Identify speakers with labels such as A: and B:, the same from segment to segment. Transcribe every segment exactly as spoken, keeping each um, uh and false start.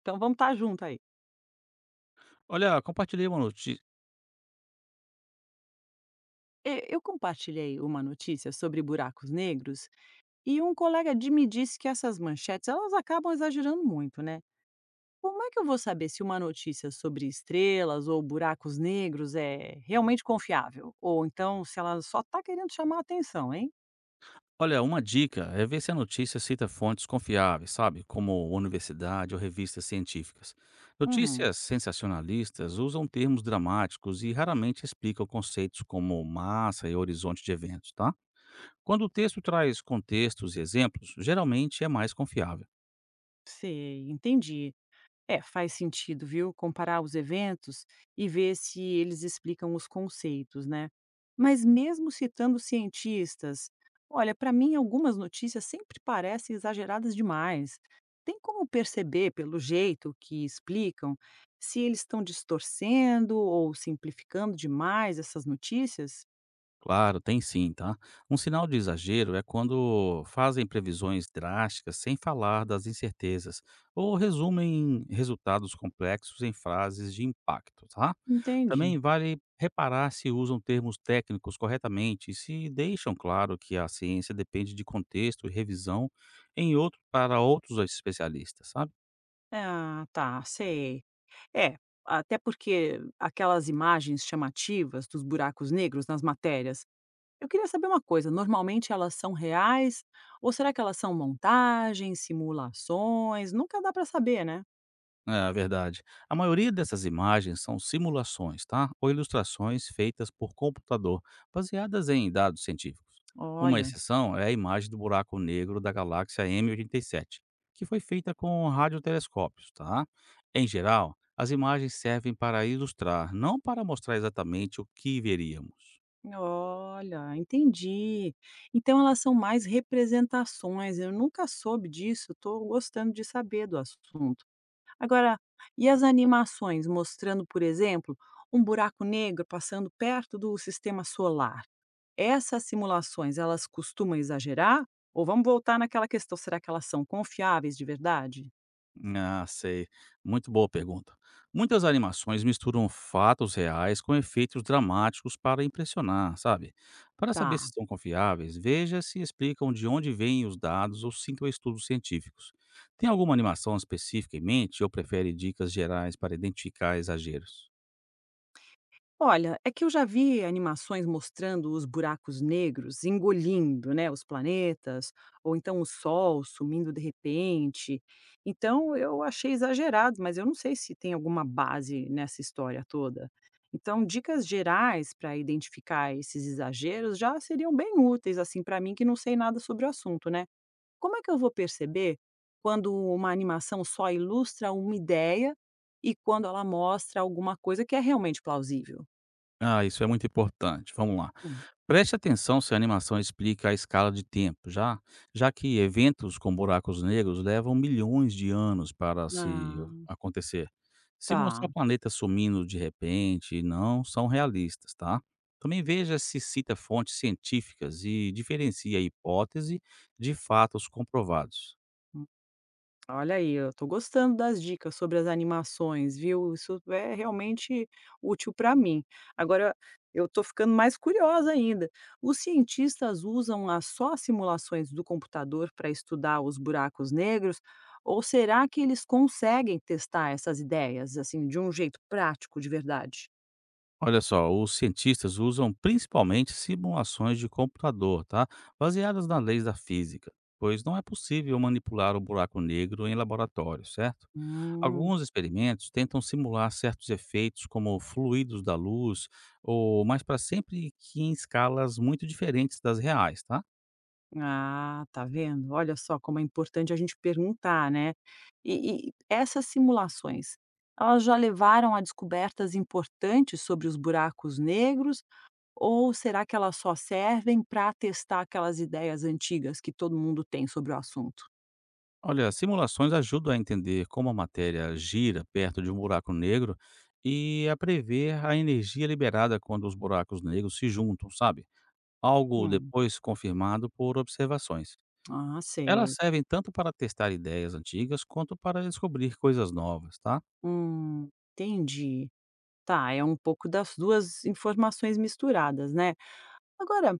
A: Então vamos estar junto aí.
B: Olha, compartilhei uma notícia.
A: E- Eu compartilhei uma notícia sobre buracos negros e um colega de me disse que essas manchetes elas acabam exagerando muito, né? Como é que eu vou saber se uma notícia sobre estrelas ou buracos negros é realmente confiável? Ou então se ela só está querendo chamar a atenção, hein?
B: Olha, uma dica é ver se a notícia cita fontes confiáveis, sabe? Como universidade ou revistas científicas.
A: Uhum,
B: Notícias sensacionalistas usam termos dramáticos e raramente explicam conceitos como massa e horizonte de eventos, tá? Quando o texto traz contextos e exemplos, geralmente é mais confiável.
A: sei, entendi. É, faz sentido, viu? Comparar os eventos e ver se eles explicam os conceitos, né? Mas mesmo citando cientistas, olha, para mim algumas notícias sempre parecem exageradas demais. Tem como perceber pelo jeito que explicam se eles estão distorcendo ou simplificando demais essas notícias?
B: Claro, tem sim, tá? Um sinal de exagero é quando fazem previsões drásticas sem falar das incertezas ou resumem resultados complexos em frases de impacto, tá?
A: Entendi.
B: Também vale reparar se usam termos técnicos corretamente e se deixam claro que a ciência depende de contexto e revisão em outro, para outros especialistas, sabe?
A: Ah, tá, sei. É, até porque aquelas imagens chamativas dos buracos negros nas matérias. Eu queria saber uma coisa, normalmente elas são reais ou será que elas são montagens, simulações? Nunca dá para saber, né?
B: É, verdade. A maioria dessas imagens são simulações, tá? Ou ilustrações feitas por computador, baseadas em dados científicos. Uma
A: Olha,
B: exceção é a imagem do buraco negro da galáxia M oitenta e sete, que foi feita com radiotelescópios, tá? Em geral, as imagens servem para ilustrar, não para mostrar exatamente o que veríamos.
A: olha, entendi. Então elas são mais representações. Eu nunca soube disso, estou gostando de saber do assunto. Agora, e as animações mostrando, por exemplo, um buraco negro passando perto do sistema solar? Essas simulações, elas costumam exagerar? Ou vamos voltar naquela questão, será que elas são confiáveis de verdade?
B: Ah, sei. Muito boa pergunta. Muitas animações misturam fatos reais com efeitos dramáticos para impressionar, sabe? Para saber se
A: Tá.
B: estão confiáveis, veja se explicam de onde vêm os dados ou citam estudos científicos. Tem alguma animação específica em mente ou prefere dicas gerais para identificar exageros?
A: Olha, é que eu já vi animações mostrando os buracos negros engolindo, né, os planetas, ou então o Sol sumindo de repente. Então eu achei exagerado, mas eu não sei se tem alguma base nessa história toda. Então, dicas gerais para identificar esses exageros já seriam bem úteis, assim, para mim que não sei nada sobre o assunto, né? Como é que eu vou perceber quando uma animação só ilustra uma ideia e quando ela mostra alguma coisa que é realmente plausível?
B: Ah, isso é muito importante. Vamos lá.
A: Hum.
B: Preste atenção se a animação explica a escala de tempo, já, já que eventos com buracos negros levam milhões de anos para se
A: Ah,
B: acontecer. Se
A: tá.
B: mostrar planetas sumindo de repente, não são realistas, tá? Também veja se cita fontes científicas e diferencia a hipótese de fatos comprovados.
A: Hum, olha aí, eu tô gostando das dicas sobre as animações, viu. Isso é realmente útil para mim. Agora eu tô ficando mais curiosa ainda. Os cientistas usam as só simulações do computador para estudar os buracos negros, ou será que eles conseguem testar essas ideias, assim, de um jeito prático de verdade?
B: Olha só, os cientistas usam principalmente simulações de computador, tá? Baseadas nas leis da física, pois não é possível manipular o buraco negro em laboratório, certo?
A: Hum.
B: Alguns experimentos tentam simular certos efeitos, como fluidos da luz, ou mais para sempre que em escalas muito diferentes das reais, tá?
A: Ah, tá vendo? Olha só como é importante a gente perguntar, né? E, e essas simulações, elas já levaram a descobertas importantes sobre os buracos negros, ou será que elas só servem para testar aquelas ideias antigas que todo mundo tem sobre o assunto?
B: Olha, simulações ajudam a entender como a matéria gira perto de um buraco negro e a prever a energia liberada quando os buracos negros se juntam, sabe? Algo
A: Hum,
B: depois confirmado por observações.
A: ah,
B: Elas
A: sei.
B: servem tanto para testar ideias antigas quanto para descobrir coisas novas, tá?
A: Hum, entendi. Tá, é um pouco das duas informações misturadas, né? Agora,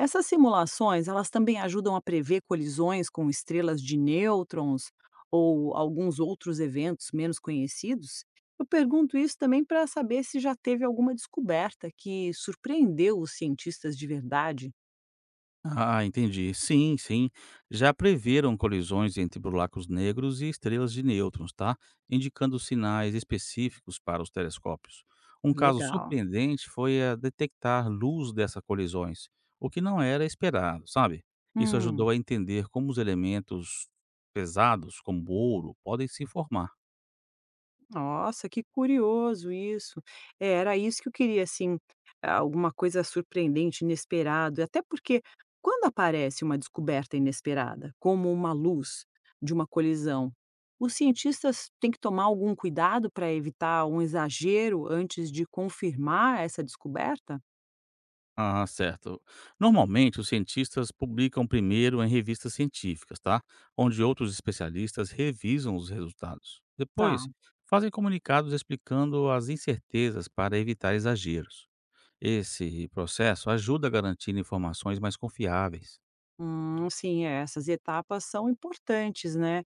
A: essas simulações, elas também ajudam a prever colisões com estrelas de nêutrons ou alguns outros eventos menos conhecidos? Eu pergunto isso também para saber se já teve alguma descoberta que surpreendeu os cientistas de verdade.
B: Ah, entendi. Sim, sim. Já preveram colisões entre buracos negros e estrelas de nêutrons, tá? Indicando sinais específicos para os telescópios. Um caso
A: Legal.
B: surpreendente foi a detectar luz dessas colisões, o que não era esperado, sabe? Isso
A: Hum.
B: ajudou a entender como os elementos pesados, como ouro, podem se formar.
A: Nossa, que curioso isso. É, era isso que eu queria, assim, alguma coisa surpreendente, inesperado, até porque quando aparece uma descoberta inesperada, como uma luz de uma colisão, os cientistas têm que tomar algum cuidado para evitar um exagero antes de confirmar essa descoberta?
B: Ah, certo. Normalmente, os cientistas publicam primeiro em revistas científicas, tá? Onde outros especialistas revisam os resultados.
A: Tá.
B: Depois, fazem comunicados explicando as incertezas para evitar exageros. Esse processo ajuda a garantir informações mais confiáveis.
A: Hum, sim, é, essas etapas são importantes, né?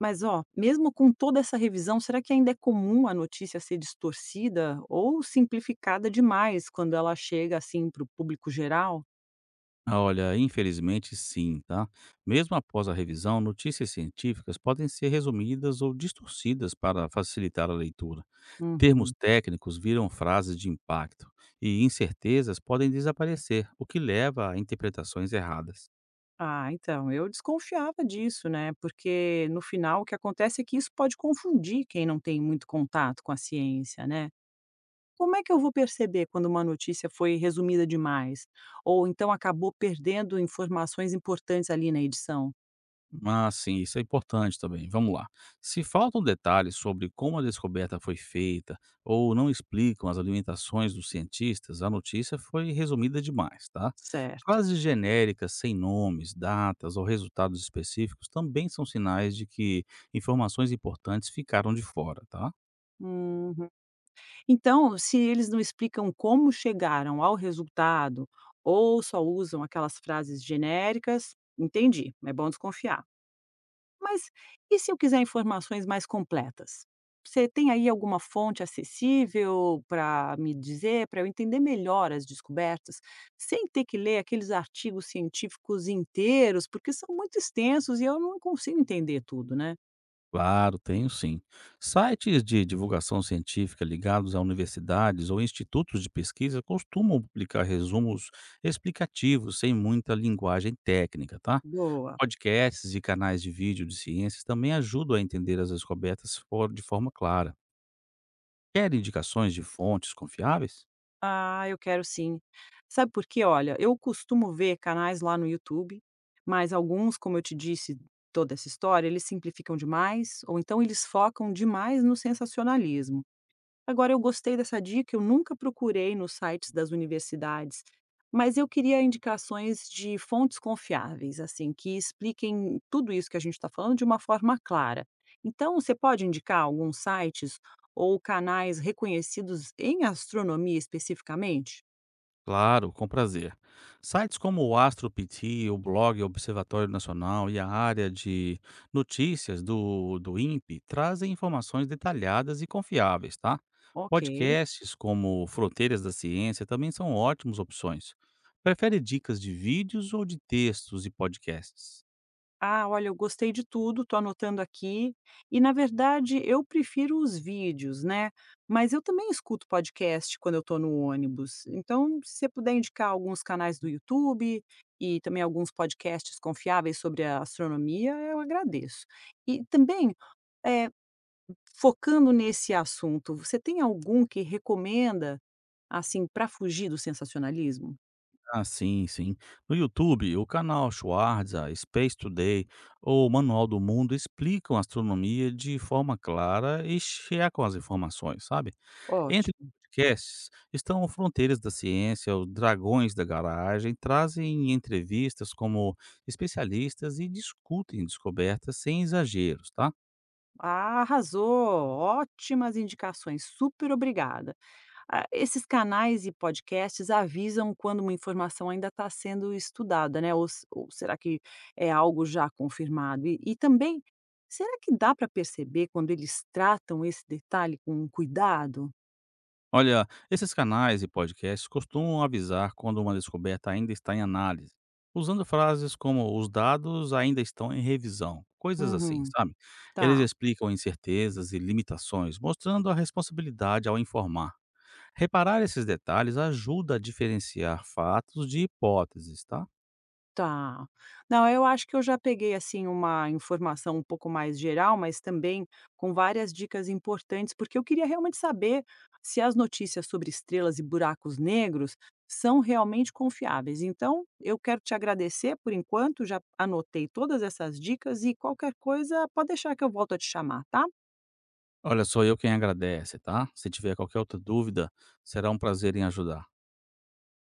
A: Mas ó, mesmo com toda essa revisão, será que ainda é comum a notícia ser distorcida ou simplificada demais quando ela chega assim para o público geral?
B: Ah, olha, infelizmente sim, tá? Mesmo após a revisão, notícias científicas podem ser resumidas ou distorcidas para facilitar a leitura. Termos
A: Uhum.
B: técnicos viram frases de impacto e incertezas podem desaparecer, o que leva a interpretações erradas.
A: Ah, então, eu desconfiava disso, né? Porque no final o que acontece é que isso pode confundir quem não tem muito contato com a ciência, né? Como é que eu vou perceber quando uma notícia foi resumida demais? Ou então acabou perdendo informações importantes ali na edição?
B: Mas sim, isso é importante também. Vamos lá. Se faltam detalhes sobre como a descoberta foi feita ou não explicam as alimentações dos cientistas, a notícia foi resumida demais, tá?
A: Certo.
B: Frases genéricas sem nomes, datas ou resultados específicos também são sinais de que informações importantes ficaram de fora, tá?
A: Uhum. Então, se eles não explicam como chegaram ao resultado ou só usam aquelas frases genéricas, entendi, é bom desconfiar. Mas e se eu quiser informações mais completas? Você tem aí alguma fonte acessível para me dizer, para eu entender melhor as descobertas, sem ter que ler aqueles artigos científicos inteiros, porque são muito extensos e eu não consigo entender tudo, né?
B: Claro, tenho sim. Sites de divulgação científica ligados a universidades ou institutos de pesquisa costumam publicar resumos explicativos sem muita linguagem técnica, tá?
A: Boa.
B: Podcasts e canais de vídeo de ciências também ajudam a entender as descobertas for- de forma clara. Quer indicações de fontes confiáveis?
A: Ah, eu quero sim. Sabe por quê? Olha, eu costumo ver canais lá no YouTube, mas alguns, como eu te disse, toda essa história, eles simplificam demais, ou então eles focam demais no sensacionalismo. Agora eu gostei dessa dica, eu nunca procurei nos sites das universidades, mas eu queria indicações de fontes confiáveis, assim, que expliquem tudo isso que a gente está falando de uma forma clara. Então, você pode indicar alguns sites ou canais reconhecidos em astronomia especificamente?
B: Claro, com prazer. Sites como o AstroPT, o blog Observatório Nacional e a área de notícias do, do INPE trazem informações detalhadas e confiáveis, tá?
A: Ok.
B: Podcasts como Fronteiras da Ciência também são ótimas opções. Prefere dicas de vídeos ou de textos e podcasts?
A: Ah, olha, eu gostei de tudo, tô anotando aqui. E na verdade, eu prefiro os vídeos, né? Mas eu também escuto podcast quando eu estou no ônibus. Então, se você puder indicar alguns canais do YouTube e também alguns podcasts confiáveis sobre a astronomia, eu agradeço. E também, eh, focando nesse assunto, você tem algum que recomenda, assim, para fugir do sensacionalismo?
B: Ah, sim, sim. No YouTube, o canal Schwarza, Space Today ou Manual do Mundo explicam a astronomia de forma clara e checam as informações, sabe? Entre
A: Ótimo.
B: os podcasts estão o Fronteiras da Ciência, os Dragões da Garagem, trazem entrevistas como especialistas e discutem descobertas sem exageros, tá?
A: Ah, arrasou! Ótimas indicações. Super obrigada. Ah, esses canais e podcasts avisam quando uma informação ainda está sendo estudada, né, ou se ou será que é algo já confirmado? E e também, será que dá para perceber quando eles tratam esse detalhe com cuidado?
B: Olha, esses canais e podcasts costumam avisar quando uma descoberta ainda está em análise, usando frases como os dados ainda estão em revisão, coisas assim,
A: Uhum,
B: sabe? Eles
A: tá.
B: explicam incertezas e limitações, mostrando a responsabilidade ao informar. Reparar esses detalhes ajuda a diferenciar fatos de hipóteses, tá?
A: Tá. Não, eu acho que eu já peguei, assim, uma informação um pouco mais geral, mas também com várias dicas importantes, porque eu queria realmente saber se as notícias sobre estrelas e buracos negros são realmente confiáveis. Então, eu quero te agradecer por enquanto, já anotei todas essas dicas e qualquer coisa pode deixar que eu volto a te chamar, tá?
B: Olha, sou eu quem agradece, tá? Se tiver qualquer outra dúvida, será um prazer em ajudar.